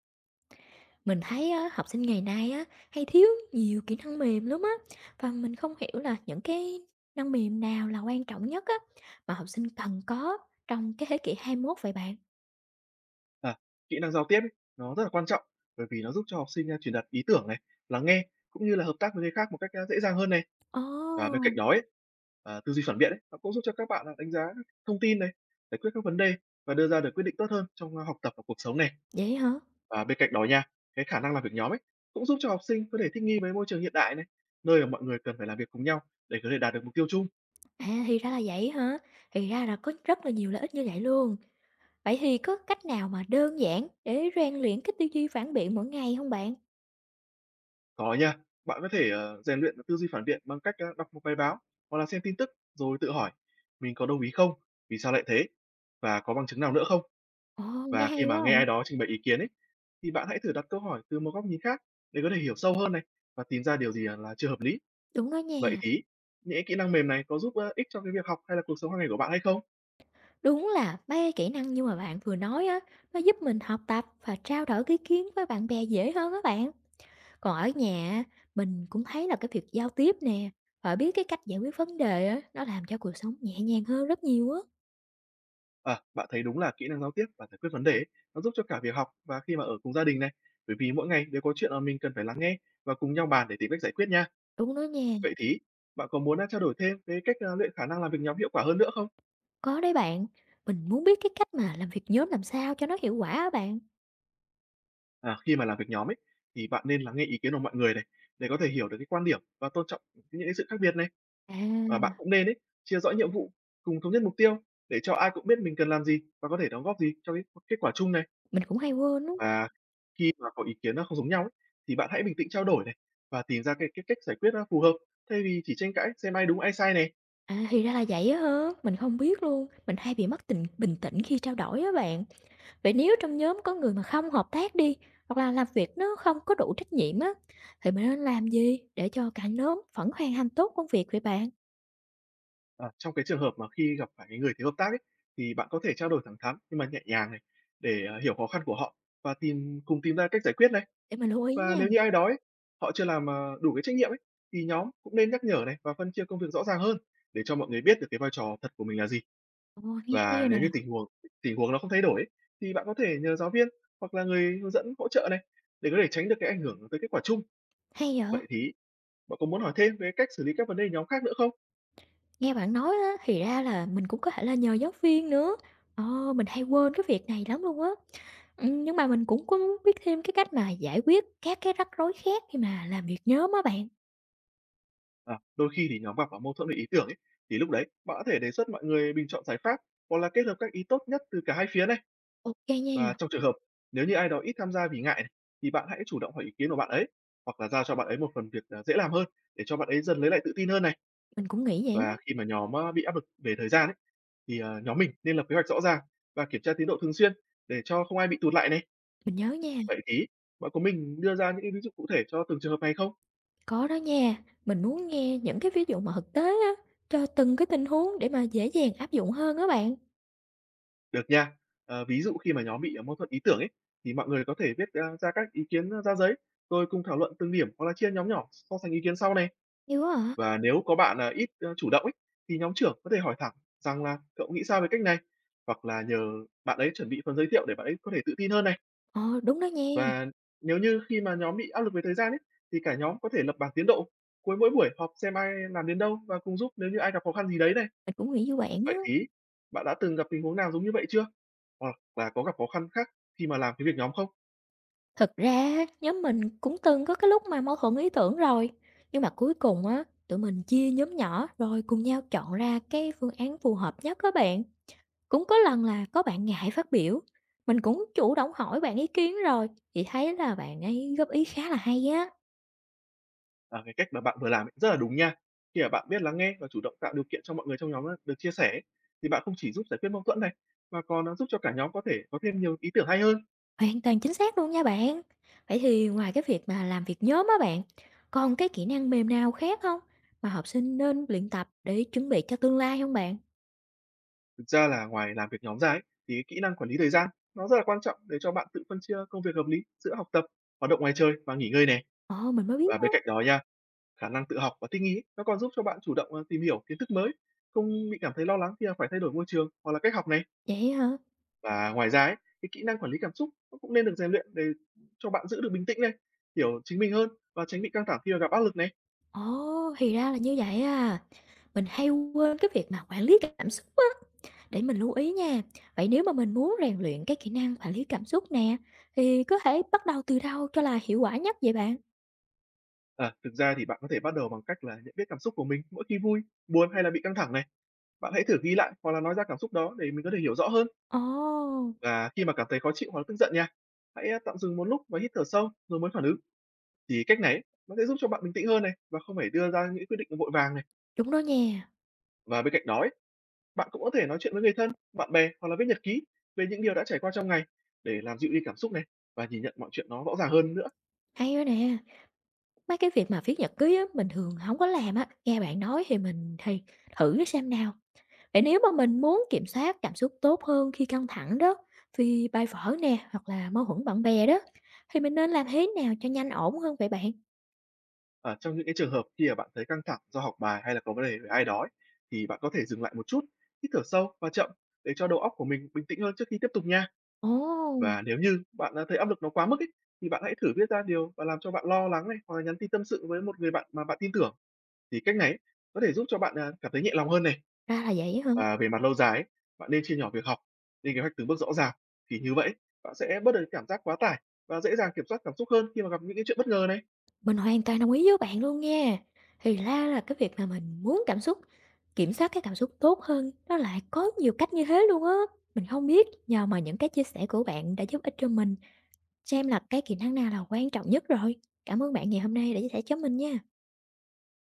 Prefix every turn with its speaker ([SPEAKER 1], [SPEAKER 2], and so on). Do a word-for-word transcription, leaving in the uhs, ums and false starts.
[SPEAKER 1] Mình thấy á, học sinh ngày nay á, hay thiếu nhiều kỹ năng mềm lắm á và mình không hiểu là những cái năng mềm nào là quan trọng nhất á mà học sinh cần có trong cái thế kỷ hai mươi mốt vậy bạn.
[SPEAKER 2] À, kỹ năng giao tiếp ấy, nó rất là quan trọng, bởi vì nó giúp cho học sinh, a, truyền đạt ý tưởng này, lắng nghe cũng như là hợp tác với người khác một cách, a, dễ dàng hơn này. Và bên
[SPEAKER 1] Ồ,
[SPEAKER 2] cạnh đó ấy, à, tư duy phản biện ấy, nó cũng giúp cho các bạn là đánh giá các thông tin này, giải quyết các vấn đề và đưa ra được quyết định tốt hơn trong, a, học tập và cuộc sống này.
[SPEAKER 1] vậy hả?
[SPEAKER 2] Và bên cạnh đó nha, cái khả năng làm việc nhóm ấy, cũng giúp cho học sinh có thể thích nghi với môi trường hiện đại này, nơi mà mọi người cần phải làm việc cùng nhau để có thể đạt được mục tiêu chung.
[SPEAKER 1] À thì ra là vậy hả? Thì ra là có rất là nhiều lợi ích như vậy luôn. Vậy thì có cách nào mà đơn giản để rèn luyện cái tư duy phản biện mỗi ngày không bạn?
[SPEAKER 2] Có nha, bạn có thể, ờ, rèn luyện tư duy phản biện bằng cách, a, đọc một bài báo hoặc là xem tin tức rồi tự hỏi "Mình có đồng ý không? Vì sao lại thế? Và có bằng chứng nào nữa không?".
[SPEAKER 1] Ồ, nghe
[SPEAKER 2] Và khi
[SPEAKER 1] hay
[SPEAKER 2] mà
[SPEAKER 1] quá
[SPEAKER 2] nghe ai
[SPEAKER 1] à.
[SPEAKER 2] đó trình bày ý kiến ấy, thì bạn hãy thử đặt câu hỏi từ một góc nhìn khác để có thể hiểu sâu hơn này và tìm ra điều gì, à, là chưa hợp lý.
[SPEAKER 1] Đúng đó
[SPEAKER 2] Vậy
[SPEAKER 1] nha.
[SPEAKER 2] thì những kỹ năng mềm này có giúp, ơ, ích cho cái việc học hay là cuộc sống hàng ngày của bạn hay không?
[SPEAKER 1] Đúng là mấy cái kỹ năng như mà bạn vừa nói á, nó giúp mình học tập và trao đổi ý kiến với bạn bè dễ hơn các bạn. Còn ở nhà á, mình cũng thấy là cái việc giao tiếp nè, và biết cái cách giải quyết vấn đề á, nó làm cho cuộc sống nhẹ nhàng hơn rất nhiều á.
[SPEAKER 2] À, bạn thấy đúng là kỹ năng giao tiếp và giải quyết vấn đề ấy, nó giúp cho cả việc học và khi mà ở cùng gia đình này, bởi vì mỗi ngày đều có chuyện, mà mình cần phải lắng nghe và cùng nhau bàn để tìm cách giải quyết nha.
[SPEAKER 1] Đúng đó nha,
[SPEAKER 2] Vậy thì bạn có muốn, a, trao đổi thêm về cách, à, luyện khả năng làm việc nhóm hiệu quả hơn nữa không?
[SPEAKER 1] có đấy bạn. Mình muốn biết cái cách mà làm việc nhóm làm sao cho nó hiệu quả á bạn.
[SPEAKER 2] À, khi mà làm việc nhóm ấy, thì bạn nên lắng nghe ý kiến của mọi người này, để có thể hiểu được cái quan điểm và tôn trọng những cái sự khác biệt này. Và
[SPEAKER 1] À,
[SPEAKER 2] bạn cũng nên ấy, chia rõ nhiệm vụ, cùng thống nhất mục tiêu để cho ai cũng biết mình cần làm gì và có thể đóng góp gì cho cái kết quả chung này.
[SPEAKER 1] mình cũng hay quên lắm.
[SPEAKER 2] Và khi mà có ý kiến nó không giống nhau ấy, thì bạn hãy bình tĩnh trao đổi này, và tìm ra cái cái cách giải quyết nó phù hợp, thay vì chỉ tranh cãi xem ai đúng ai sai này.
[SPEAKER 1] À, thì ra là vậy á hả? Mình không biết luôn. Mình hay bị mất tình bình tĩnh khi trao đổi á bạn. Vậy nếu trong nhóm có người mà không hợp tác đi, hoặc là làm việc nó không có đủ trách nhiệm á, thì mình nên làm gì để cho cả nhóm vẫn hoàn thành tốt công việc vậy bạn?
[SPEAKER 2] À, trong cái trường hợp mà khi gặp phải cái người thiếu hợp tác ấy, thì bạn có thể trao đổi thẳng thắn nhưng mà nhẹ nhàng này để, à, hiểu khó khăn của họ và tìm cùng tìm ra cách giải quyết này.
[SPEAKER 1] Để mình lưu ý
[SPEAKER 2] Và
[SPEAKER 1] nha.
[SPEAKER 2] nếu như ai đó ấy, họ chưa làm, à, đủ cái trách nhiệm ấy, thì nhóm cũng nên nhắc nhở này và phân chia công việc rõ ràng hơn để cho mọi người biết được cái vai trò thật của mình là gì.
[SPEAKER 1] Ồ, nghe hay
[SPEAKER 2] Và
[SPEAKER 1] rồi
[SPEAKER 2] nếu như
[SPEAKER 1] nè.
[SPEAKER 2] tình huống tình huống nó không thay đổi ấy, thì bạn có thể nhờ giáo viên hoặc là người hướng dẫn hỗ trợ này, để có thể tránh được cái ảnh hưởng tới kết quả chung.
[SPEAKER 1] Hay vậy?
[SPEAKER 2] Vậy thì bạn có muốn hỏi thêm về cách xử lý các vấn đề nhóm khác nữa không?
[SPEAKER 1] Nghe bạn nói á, thì ra là mình cũng có thể là nhờ giáo viên nữa. Ồ, mình hay quên cái việc này lắm luôn á. Ừ, nhưng mà mình cũng có muốn biết thêm cái cách mà giải quyết các cái rắc rối khác khi mà làm việc nhóm á bạn.
[SPEAKER 2] À, đôi khi thì nhóm gặp ở mâu thuẫn về ý tưởng ấy, thì lúc đấy bạn có thể đề xuất mọi người bình chọn giải pháp hoặc là kết hợp các ý tốt nhất từ cả hai phía này.
[SPEAKER 1] Ok
[SPEAKER 2] Và
[SPEAKER 1] nha,
[SPEAKER 2] trong trường hợp nếu như ai đó ít tham gia vì ngại này, thì bạn hãy chủ động hỏi ý kiến của bạn ấy hoặc là giao cho bạn ấy một phần việc à, dễ làm hơn, để cho bạn ấy dần lấy lại tự tin hơn này.
[SPEAKER 1] mình cũng nghĩ vậy
[SPEAKER 2] Và
[SPEAKER 1] á,
[SPEAKER 2] khi mà nhóm à, bị áp lực về thời gian ấy, thì à, nhóm mình nên lập kế hoạch rõ ràng và kiểm tra tiến độ thường xuyên, để cho không ai bị tụt lại này.
[SPEAKER 1] mình nhớ nha.
[SPEAKER 2] Vậy thì bạn có mình đưa ra những cái ví dụ cụ thể cho từng trường hợp này không?
[SPEAKER 1] Có đó nha, mình muốn nghe những cái ví dụ mà thực tế á, cho từng cái tình huống để mà dễ dàng áp dụng hơn á bạn.
[SPEAKER 2] Được nha. Ờ, ví dụ khi mà nhóm bị, ờ, mâu thuẫn ý tưởng ấy, thì mọi người có thể viết, a, ra các ý kiến, ờ, ra giấy, rồi cùng thảo luận từng điểm hoặc là chia nhóm nhỏ so sánh ý kiến sau này.
[SPEAKER 1] Hiểu hả?
[SPEAKER 2] Và nếu có bạn, à, ít, ơ, chủ động ấy, thì nhóm trưởng có thể hỏi thẳng rằng là "Cậu nghĩ sao về cách này?", hoặc là nhờ bạn ấy chuẩn bị phần giới thiệu để bạn ấy có thể tự tin hơn này.
[SPEAKER 1] Ờ, đúng đó nha,
[SPEAKER 2] Và nếu như khi mà nhóm bị áp lực về thời gian ấy, thì cả nhóm có thể lập bảng tiến độ cuối mỗi buổi họp, xem ai làm đến đâu và cùng giúp nếu như ai gặp khó khăn gì đấy này.
[SPEAKER 1] mình cũng nghĩ như bạn á.
[SPEAKER 2] Vậy thì bạn đã từng gặp tình huống nào giống như vậy chưa? Ờ, và có gặp khó khăn khác khi mà làm cái việc nhóm không?
[SPEAKER 1] Thật ra nhóm mình cũng từng có cái lúc mà mâu thuẫn ý tưởng rồi, nhưng mà cuối cùng á, tụi mình chia nhóm nhỏ rồi cùng nhau chọn ra cái phương án phù hợp nhất các bạn. Cũng có lần là có bạn ngại phát biểu, mình cũng chủ động hỏi bạn ý kiến rồi, chị thấy là bạn ấy góp ý khá là hay á.
[SPEAKER 2] À, cái cách mà bạn vừa làm ấy rất là đúng nha. Khi mà bạn biết lắng nghe và chủ động tạo điều kiện cho mọi người trong nhóm á, được chia sẻ ấy, thì bạn không chỉ giúp giải quyết mâu thuẫn này, mà còn à, giúp cho cả nhóm có thể có thêm nhiều ý tưởng hay hơn.
[SPEAKER 1] Hoàn toàn chính xác luôn nha bạn. Vậy thì ngoài cái việc mà làm việc nhóm á bạn, còn cái kỹ năng mềm nào khác không mà học sinh nên luyện tập để chuẩn bị cho tương lai không bạn?
[SPEAKER 2] Thực ra là ngoài làm việc nhóm ra ấy, thì cái kỹ năng quản lý thời gian nó rất là quan trọng, để cho bạn tự phân chia công việc hợp lý giữa học tập, hoạt động ngoài chơi và nghỉ ngơi này.
[SPEAKER 1] Ồ, mình mới biết
[SPEAKER 2] Và bên
[SPEAKER 1] đó.
[SPEAKER 2] cạnh đó nha, khả năng tự học và thích nghi ấy, nó còn giúp cho bạn chủ động à, tìm hiểu kiến thức mới, không bị cảm thấy lo lắng khi mà phải thay đổi môi trường hoặc là cách học này.
[SPEAKER 1] Vậy hả?
[SPEAKER 2] Và ngoài ra ấy, cái kỹ năng quản lý cảm xúc nó cũng nên được rèn luyện, để cho bạn giữ được bình tĩnh này, hiểu chính mình hơn và tránh bị căng thẳng khi mà gặp áp lực này.
[SPEAKER 1] Ồ, thì ra là như vậy à. Mình hay quên cái việc mà quản lý cảm xúc á, để mình lưu ý nha. Vậy nếu mà mình muốn rèn luyện cái kỹ năng quản lý cảm xúc nè, thì có thể bắt đầu từ đâu cho là hiệu quả nhất vậy bạn?
[SPEAKER 2] À, thực ra thì bạn có thể bắt đầu bằng cách là nhận biết cảm xúc của mình mỗi khi vui, buồn hay là bị căng thẳng này. Bạn hãy thử ghi lại hoặc là nói ra cảm xúc đó để mình có thể hiểu rõ hơn.
[SPEAKER 1] Ồ,
[SPEAKER 2] Và khi mà cảm thấy khó chịu hoặc là tức giận nha, hãy à, tạm dừng một lúc và hít thở sâu rồi mới phản ứng. Thì cách này ấy, nó sẽ giúp cho bạn bình tĩnh hơn này, và không phải đưa ra những quyết định vội vàng này.
[SPEAKER 1] đúng đó nha,
[SPEAKER 2] Và bên cạnh đó ấy, bạn cũng có thể nói chuyện với người thân, bạn bè hoặc là viết nhật ký về những điều đã trải qua trong ngày, để làm dịu đi cảm xúc này và nhìn nhận mọi chuyện nó rõ ràng hơn nữa.
[SPEAKER 1] hay đó nè. Mấy cái việc mà viết nhật ký á, mình thường hổng có làm á, nghe bạn nói thì mình thì thử xem nào. Vậy nếu mà mình muốn kiểm soát cảm xúc tốt hơn khi căng thẳng đó, vì bài vở nè, hoặc là mâu thuẫn bạn bè đó, thì mình nên làm thế nào cho nhanh ổn hơn vậy bạn?
[SPEAKER 2] Ở trong những cái trường hợp khi mà bạn thấy căng thẳng do học bài hay là có vấn đề với ai đó ấy, thì bạn có thể dừng lại một chút, hít thở sâu và chậm, để cho đầu óc của mình bình tĩnh hơn trước khi tiếp tục nha.
[SPEAKER 1] Ồ,
[SPEAKER 2] Và nếu như bạn đã thấy áp lực nó quá mức ấy, thì bạn hãy thử viết ra điều và làm cho bạn lo lắng này, hoặc là nhắn tin tâm sự với một người bạn mà bạn tin tưởng. Thì cách này ấy, có thể giúp cho bạn à, cảm thấy nhẹ lòng hơn này.
[SPEAKER 1] ra là vậy á hả?
[SPEAKER 2] Và về mặt lâu dài ấy, bạn nên chia nhỏ việc học, lên kế hoạch từng bước rõ ràng, thì như vậy bạn sẽ bớt được cái cảm giác quá tải và dễ dàng kiểm soát cảm xúc hơn khi mà gặp những cái chuyện bất ngờ này.
[SPEAKER 1] Mình hoàn toàn đồng ý với bạn luôn nha. Thì ra là cái việc mà mình muốn cảm xúc kiểm soát cái cảm xúc tốt hơn, nó lại có nhiều cách như thế luôn á. Mình không biết nhờ mà những cái chia sẻ của bạn đã giúp ích cho mình. Xem là cái kỹ năng nào là quan trọng nhất rồi. Cảm ơn bạn ngày hôm nay đã chia sẻ cho mình nha.